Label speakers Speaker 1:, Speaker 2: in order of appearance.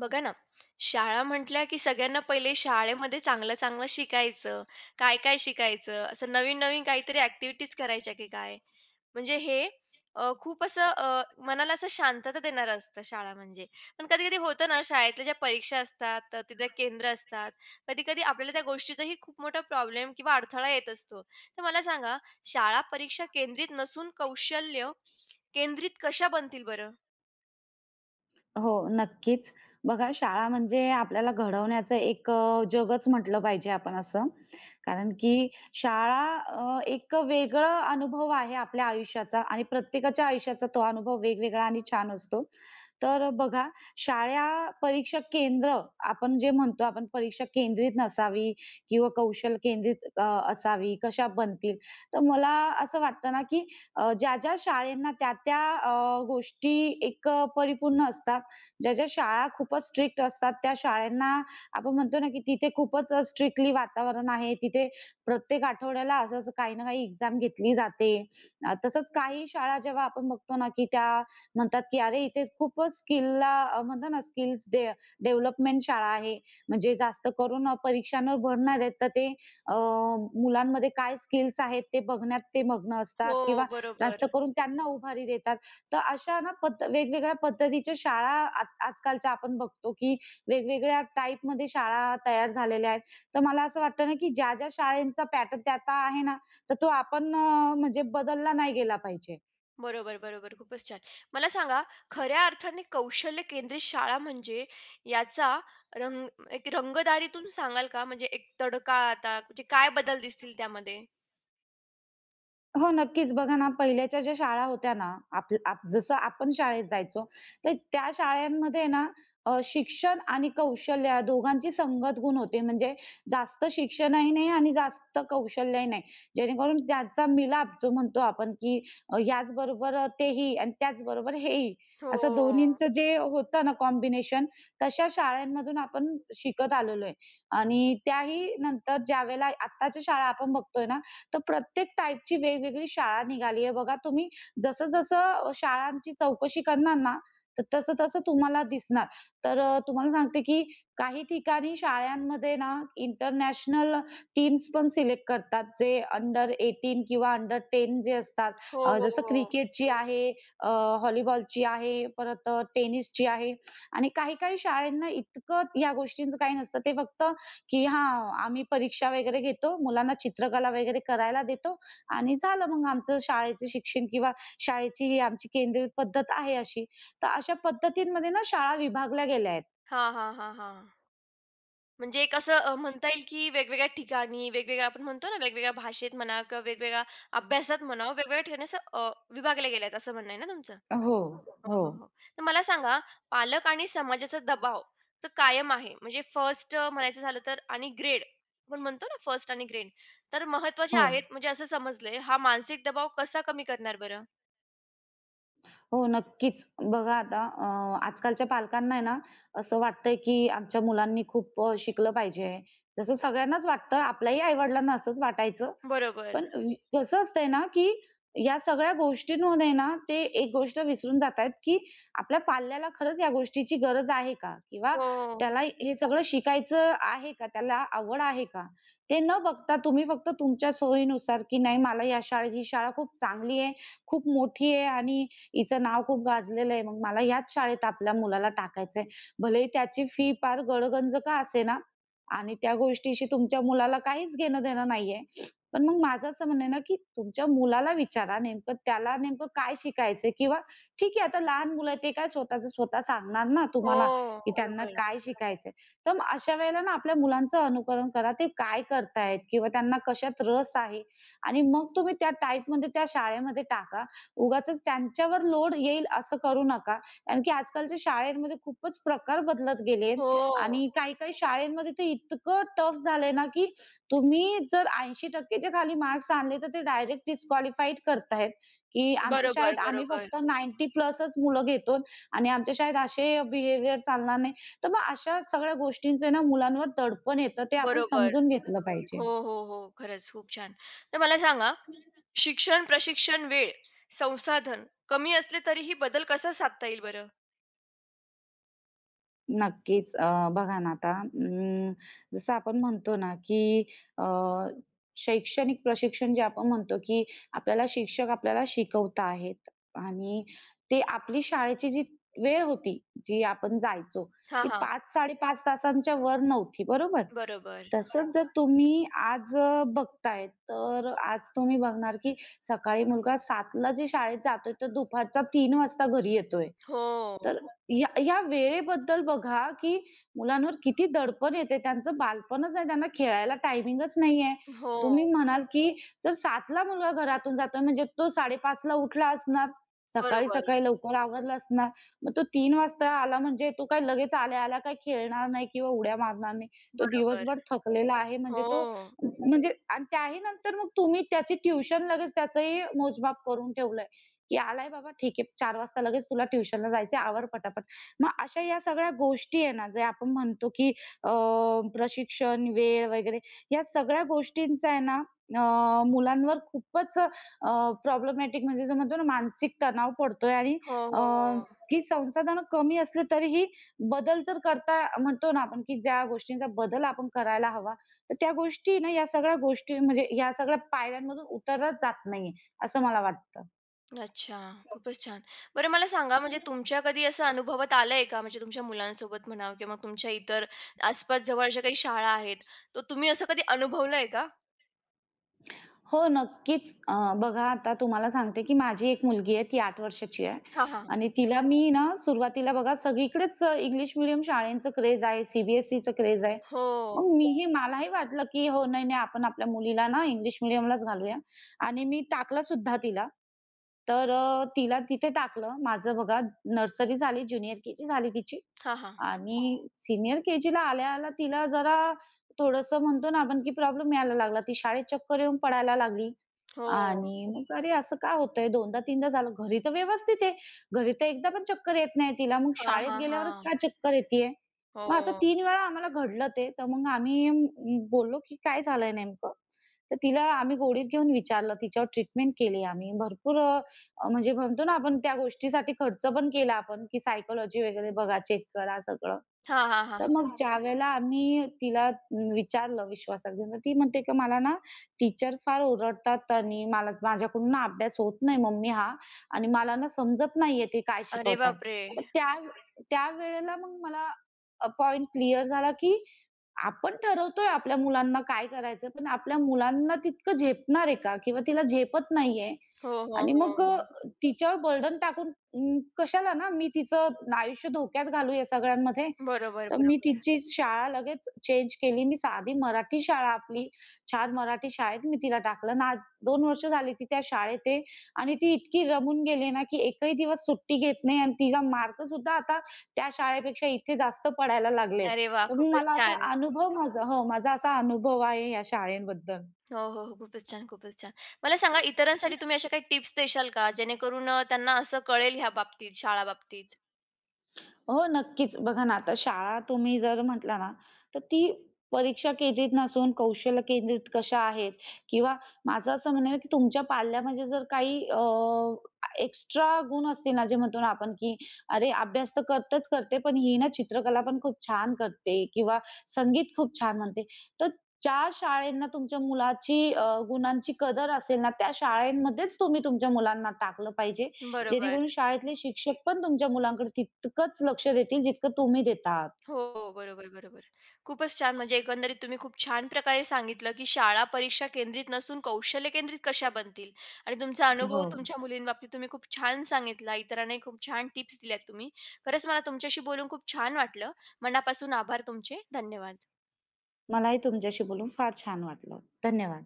Speaker 1: बघा ना, शाळा म्हटल्या की सगळ्यांना पहिले शाळेमध्ये चांगलं-चांगलं शिकायचं. काय-काय शिकायचं? असं नवीन-नवीन काहीतरी ॲक्टिव्हिटीज करायच्या की काय? म्हणजे हे खूप असं मनाला असं शांतता देणारं असतं शाळा म्हणजे. पण कधी-कधी होतं ना, शाळेतल्या ज्या परीक्षा असतात, तर तिथे केंद्र असतात. कधी-कधी आपल्याला त्या गोष्टीतही खूप मोठा प्रॉब्लेम किंवा अडथळा येत असतो. तर मला सांगा, शाळा परीक्षा केंद्रित नसून कौशल्य केंद्रित कशा बनतील बरं?
Speaker 2: हो, नक्कीच. बघा शाळा म्हणजे आपल्याला घडवण्याचं एक जगच म्हटलं पाहिजे आपण असं. कारण की शाळा एक वेगळा अनुभव आहे आपल्या आयुष्याचा आणि प्रत्येकाच्या आयुष्याचा तो अनुभव वेगवेगळा आणि छान असतो. तर बघा शाळा परीक्षा केंद्र आपण जे म्हणतो आपण परीक्षा केंद्रित नसावी किंवा कौशल केंद्रित असावी, कशा बनतील. तर मला असं वाटतं ना, की ज्या-ज्या शाळेंना त्या-त्या गोष्टी एक परिपूर्ण असतात. ज्या ज्या शाळा खूपच स्ट्रिक्ट असतात त्या शाळांना आपण म्हणतो ना, की तिथे खूपच स्ट्रिक्टली वातावरण आहे. तिथे प्रत्येक आठवड्याला असं-असं काही ना काही एक्झाम घेतली जाते. तसंच काही शाळा जेव्हा आपण बघतो ना, की त्या म्हणतात, की अरे इथे खूपच स्किलला म्हणतो ना स्किल्स डेव्हलपमेंट शाळा आहे. म्हणजे जास्त करून परीक्षांवर भर नाही देत तर ते अ, मुलांमध्ये काय स्किल्स आहेत ते बघण्यात ते मग्न असतात
Speaker 1: हो,
Speaker 2: किंवा जास्त
Speaker 1: बरोबर.
Speaker 2: करून त्यांना उभारी देतात. तर अशा ना वेगवेगळ्या पद्धतीच्या शाळा आज आजकालच्या आपण बघतो, की वेगवेगळ्या टाइपमध्ये शाळा तयार झालेल्या आहेत. तर मला असं वाटतं ना, की ज्या-ज्या शाळेंचा पॅटर्न त्या आता आहे ना, तर तो आपण म्हणजे बदलला नाही गेला पाहिजे.
Speaker 1: बरोबर, बरोबर. खूपच छान. मला सांगा, खऱ्या अर्थाने कौशल्य केंद्रित शाळा म्हणजे याचा रंग एक रंगदारीतून सांगाल का? म्हणजे एक तडका आता म्हणजे काय बदल दिसतील त्यामध्ये?
Speaker 2: हो, नक्कीच. बघा ना, पहिल्याच्या ज्या शाळा होत्या ना, आप आप जसं आपण शाळेत जायचो, तर त्या शाळांमध्ये ना शिक्षण आणि कौशल्य या दोघांची संगत गुण होते. म्हणजे जास्त शिक्षणही नाही आणि जास्त कौशल्यही नाही. जेणेकरून त्याचा मिलाप जो म्हणतो आपण, की याचबरोबर तेही आणि त्याचबरोबर हेही, असं
Speaker 1: हो.
Speaker 2: दोन्हींचं जे होतं ना कॉम्बिनेशन, तशा शाळांमधून आपण शिकत आलेलो आहे. आणि त्याही नंतर ज्यावेळेला आत्ताच्या शाळा आपण बघतोय ना, तर प्रत्येक टाईपची वेगवेगळी शाळा निघाली आहे बघा. तुम्ही जसं-जसं शाळांची चौकशी करणार ना, तर तसं-तसं तुम्हाला दिसणार. तर तुम्हाला सांगते, की काही ठिकाणी शाळांमध्ये ना इंटरनॅशनल टीम्स पण सिलेक्ट करतात, जे अंडर 18 किंवा अंडर 10 जे असतात.
Speaker 1: हो, हो,
Speaker 2: जसं
Speaker 1: हो.
Speaker 2: क्रिकेटची आहे, अ, व्हॉलीबॉलची आहे, परत टेनिसची आहे आणि काही-काही शाळांना इतकं या गोष्टींचं काही नसतं. ते फक्त की हां, आम्ही परीक्षा वगैरे घेतो, मुलांना चित्रकला वगैरे करायला देतो आणि झालं मग आमचं शाळेचं शिक्षण किंवा शाळेची ही आमची केंद्रित पद्धत आहे अशी. तर अशा पद्धतींमध्ये ना शाळा विभागल्या गेल्या आहेत.
Speaker 1: हां, हां, हां, हां. म्हणजे एक असं म्हणता येईल की वेगवेगळ्या ठिकाणी, वेगवेगळ्या आपण म्हणतो ना, वेगवेगळ्या भाषेत म्हणा किंवा वेगवेगळ्या अभ्यासात म्हणा, वेगवेगळ्या ठिकाणी असं विभागले गेले आहेत, असं म्हणणं आहे ना तुमचं?
Speaker 2: हो,
Speaker 1: हो,
Speaker 2: हो,
Speaker 1: हो, हो. तर मला सांगा, पालक आणि समाजाचा दबाव तर कायम आहे. म्हणजे फर्स्ट म्हणायचं झालं तर आणि ग्रेड आपण म्हणतो ना, फर्स्ट आणि ग्रेड तर महत्त्वाचे
Speaker 2: हो,
Speaker 1: आहेत म्हणजे असं समजलंय. हा मानसिक दबाव कसा कमी करणार बरं?
Speaker 2: हो, नक्कीच. बघा आता आजकालच्या पालकांना आहे ना, असं वाटतंय की आमच्या मुलांनी खूप शिकलं पाहिजे. जसं सगळ्यांनाच वाटतं, आपल्याही आई-वडिलांना असंच वाटायचं.
Speaker 1: बरोबर.
Speaker 2: पण कसं असतंय ना, की या सगळ्या गोष्टींमध्ये ना, ते एक गोष्ट विसरून जातायत, की आपल्या पाल्याला खरंच या गोष्टीची गरज आहे का? किंवा
Speaker 1: हो,
Speaker 2: त्याला हे सगळं शिकायचं आहे का? त्याला आवड आहे का? ते न बघता तुम्ही फक्त तुमच्या सोयीनुसार, की नाही मला या शाळेत ही शाळा खूप चांगली आहे, खूप मोठी आहे आणि हिचं नाव खूप गाजलेलं आहे. मग मला याच शाळेत आपल्या मुलाला टाकायचंय. भलेही त्याची फी फार गडगंज का असेना आणि त्या गोष्टीशी तुमच्या मुलाला काहीच घेणं-देणं नाहीये. पण मग माझं असं म्हणणं आहे ना, की तुमच्या मुलाला विचारा नेमकं त्याला नेमकं काय शिकायचंय किंवा ठीक आहे आता लहान मुलं आहे ते काय स्वतःचं स्वतः सांगणार ना तुम्हाला,
Speaker 1: हो.
Speaker 2: की हो. त्यांना
Speaker 1: बरोबर.
Speaker 2: काय शिकायचंय. तर मग अशा वेळेला ना आपल्या मुलांचं अनुकरण करा. ते काय करतायत किंवा त्यांना कशात रस आहे आणि मग तुम्ही त्या टाइपमध्ये त्या शाळेमध्ये टाका. उगाचच त्यांच्यावर लोड येईल असं करू नका. कारण की आजकालच्या शाळेमध्ये खूपच प्रकार बदलत गेले
Speaker 1: हो.
Speaker 2: आणि काही-काही शाळेमध्ये तर इतकं टफ झालंय ना, की तुम्ही जर 80%च्या खाली मार्क्स आणले, तर ते डायरेक्ट डिस्क्वालिफाईड करतायत, की आमच्या
Speaker 1: बरोबर,
Speaker 2: शाळेत आम्ही
Speaker 1: बरोबर,
Speaker 2: फक्त 90 प्लसच मुलं घेतो आणि आमच्या शाळेत असे बिहेवियर चालणार नाही. तर मग अशा सगळ्या गोष्टींचे ना मुलांवर दडपण येतं, ते आपण
Speaker 1: बरोबर.
Speaker 2: समजून घेतलं पाहिजे.
Speaker 1: हो, हो, हो. खरंच खूप छान. तर मला सांगा, शिक्षण, प्रशिक्षण, वेळ, संसाधन कमी असले तरीही बदल कसा साधता येईल बरं?
Speaker 2: नक्कीच. बघा ना आता जसं आपण म्हणतो ना, की अ, शैक्षणिक प्रशिक्षण जे आपण म्हणतो, की आपल्याला शिक्षक आपल्याला शिकवत आहेत आणि ते आपली शाळेची जी वेळ होती, जी आपण जायचो,
Speaker 1: हां,
Speaker 2: ती
Speaker 1: हां.
Speaker 2: 5 5:30 तासांच्या वर नव्हती, बरोबर?
Speaker 1: बरोबर.
Speaker 2: तसंच जर तुम्ही आज बघताय, तर आज तुम्ही बघणार, की सकाळी मुलगा 7:00ला जे शाळेत जातोय, तर दुपारचा 3 वाजता घरी येतोय.
Speaker 1: हो.
Speaker 2: तर या या वेळेबद्दल बघा, की मुलांवर किती दडपण येते. त्यांचं बालपणच नाही, त्यांना खेळायला टायमिंगच नाहीये.
Speaker 1: हो,
Speaker 2: तुम्ही म्हणाल, की जर 7:00ला मुलगा घरातून जातोय, म्हणजे तो 5:30ला उठला असणार,
Speaker 1: बरोबर,
Speaker 2: सकाळी-सकाळी लवकर आवरला असणार. मग तो 3 वाजता आला म्हणजे तो काय लगेच आल्या-आल्या काही खेळणार नाही किंवा उड्या मारणार नाही. तो
Speaker 1: बरोबर.
Speaker 2: दिवसभर थकलेला आहे म्हणजे
Speaker 1: हो.
Speaker 2: तो म्हणजे आणि त्याही नंतर मग तुम्ही त्याची ट्युशन लगेच त्याचंही मोजमाप करून ठेवलंय, की आलाय बाबा ठीक आहे 4 वाजता लगेच तुला ट्युशनला जायचं आहे, आवर पटापट. मग अशा या सगळ्या गोष्टी आहे ना, जे आपण म्हणतो की अ, प्रशिक्षण, वेळ वगैरे या सगळ्या गोष्टींचा आहे ना मुलांवर खूपच प्रॉब्लेमॅटिक म्हणजे जो म्हणतो ना मानसिक तणाव पडतोय आणि
Speaker 1: हो,
Speaker 2: अ,
Speaker 1: हो, हो.
Speaker 2: की संसाधनं कमी असली तरीही बदल जर करता म्हणतो ना आपण, की ज्या गोष्टींचा बदल आपण करायला हवा, तर त्या गोष्टी ना, या सगळ्या गोष्टी म्हणजे या सगळ्या पायऱ्यांमधून उतरलाच जात नाहीये, असं मला वाटतं.
Speaker 1: अच्छा, खूपच छान. बरं मला सांगा म्हणजे तुमच्या कधी असं अनुभवात आलंय का? म्हणजे तुमच्या मुलांसोबत म्हणावं किंवा मग तुमच्या इतर आसपास जवळच्या काही शाळा आहेत, तर तुम्ही असं कधी अनुभवलंय का?
Speaker 2: हो, नक्कीच. बघा आता तुम्हाला सांगते, की माझी एक मुलगी आहे, ती 8 वर्षाची आहे
Speaker 1: हां, हां.
Speaker 2: आणि तिला मी ना सुरुवातीला बघा सगळीकडेच इंग्लिश मीडियम शाळेंचं क्रेज आहे, सी क्रेज आहे. मग
Speaker 1: हो.
Speaker 2: मीही मलाही वाटलं, की हो नाही, नाही आपण आपल्या मुलीला ना इंग्लिश मीडियमलाच घालूया आणि मी टाकलं सुद्धा तिला. तर तिला तिथे टाकलं. माझं बघा नर्सरी झाली, ज्युनियर केजी झाली तिची
Speaker 1: हां, हां.
Speaker 2: आणि सीनियर केजीला आल्या-आल्या तिला जरा थोडंसं म्हणतो ना आपण, की प्रॉब्लेम यायला लागला. ती शाळेत चक्कर येऊन पडायला लागली
Speaker 1: हो.
Speaker 2: आणि मग अरे असं का होतंय? दोनदा-तीनदा झालं. घरी तर व्यवस्थित आहे. घरी तर एकदा पण चक्कर येत नाही तिला. मग
Speaker 1: हां,
Speaker 2: शाळेत
Speaker 1: हां,
Speaker 2: गेल्यावरच
Speaker 1: हां.
Speaker 2: का चक्कर येतीये? मग असं
Speaker 1: हो.
Speaker 2: 3 वेळा आम्हाला घडलं ते. तर मग आम्ही बोललो, की "काय झालंय नेमकं?" तर तिला आम्ही गोडीत घेऊन विचारलं. तिच्यावर ट्रीटमेंट केली आम्ही. भरपूर म्हणजे म्हणतो ना आपण त्या गोष्टीसाठी खर्च पण केला आपण, की सायकॉलॉजी वगैरे बघा, चेक करा सगळं.
Speaker 1: हां, हां,
Speaker 2: तर
Speaker 1: हां.
Speaker 2: मग हां. ज्यावेळेला आम्ही तिला विचारलं विश्वासात घेऊन, तर ती म्हणते की "मला ना टीचर फार ओरडतात आणि मला माझ्याकडून ना अभ्यास होत नाही मम्मी हा आणि मला ना समजत नाहीये ते काय
Speaker 1: अरे
Speaker 2: शिकवतायत."
Speaker 1: बापरे!
Speaker 2: तर अरे त्या बापरे! त्यावेळेला मग मला पॉइंट क्लिअर झाला की आपण ठरवतोय आपल्या मुलांना काय करायचं, पण आपल्या मुलांना तितकं झेपणार आहे का? किंवा तिला झेपत नाहीये
Speaker 1: हो, हो,
Speaker 2: आणि
Speaker 1: हो.
Speaker 2: मग तिच्यावर बर्डन टाकून कशाला ना मी तिचं आयुष्य धोक्यात घालू या सगळ्यांमध्ये.
Speaker 1: बरोबर,
Speaker 2: तर मी
Speaker 1: बरोबर.
Speaker 2: तिची शाळा लगेच चेंज केली. मी साधी मराठी शाळा आपली छान मराठी शाळेत मी तिला टाकलं आणि आज 2 वर्ष झाली ती त्या शाळेत आहे आणि ती इतकी रमून गेली ना, की एकही दिवस सुट्टी घेत नाही आणि तिला मार्कसुद्धा आता त्या शाळेपेक्षा इथे जास्त पडायला लागलेत.
Speaker 1: अरे वाह!
Speaker 2: तर मग
Speaker 1: खूपच
Speaker 2: मला असा
Speaker 1: छान.
Speaker 2: अनुभव माझा हो, माझा असा अनुभव आहे या शाळेबद्दल.
Speaker 1: हो, हो, हो. खूपच छान, खूपच छान. मला सांगा इतरांसाठी तुम्ही अशा काही टिप्स देशाल का? जेणेकरून त्यांना असं कळेल ह्या बाबतीत, शाळा बाबतीत?
Speaker 2: हो, नक्कीच. बघा ना, आता शाळा तुम्ही जर म्हटला ना, तर ती परीक्षा केंद्रित नसून कौशल्य केंद्रित कशा आहेत किंवा माझं असं म्हणणं आहे, की तुमच्या पाल्यामध्ये जर काही एक्स्ट्रा गुण असतील ना, जे म्हणतो ना आपण, की "अरे, अभ्यास तर करतेच करते, पण ही ना चित्रकला पण खूप छान करते किंवा संगीत खूप छान म्हणते." तर ज्या शाळेंना तुमच्या मुलाची गुणांची कदर असेल ना, त्या शाळेमध्येच तुम्ही तुमच्या मुलांना टाकलं पाहिजे
Speaker 1: बरोबर.
Speaker 2: जेणेकरून शाळेतले शिक्षक पण तुमच्या मुलांकडे तितकंच लक्ष देतील जितकं तुम्ही देतात.
Speaker 1: हो, हो, बरोबर, बरोबर. खूपच छान म्हणजे एकंदरीत तुम्ही खूप छान प्रकारे सांगितलं, की शाळा परीक्षा केंद्रित नसून कौशल्य केंद्रित कशा बनतील आणि तुमचा
Speaker 2: हो.
Speaker 1: अनुभव तुमच्या मुलींबाबतीत तुम्ही खूप छान सांगितला. इतरांनाही खूप छान टिप्स दिल्यात तुम्ही. खरंच मला तुमच्याशी बोलून खूप छान वाटलं. मनापासून आभार तुमचे. धन्यवाद.
Speaker 2: मलाही तुमच्याशी बोलून फार छान वाटलं. धन्यवाद.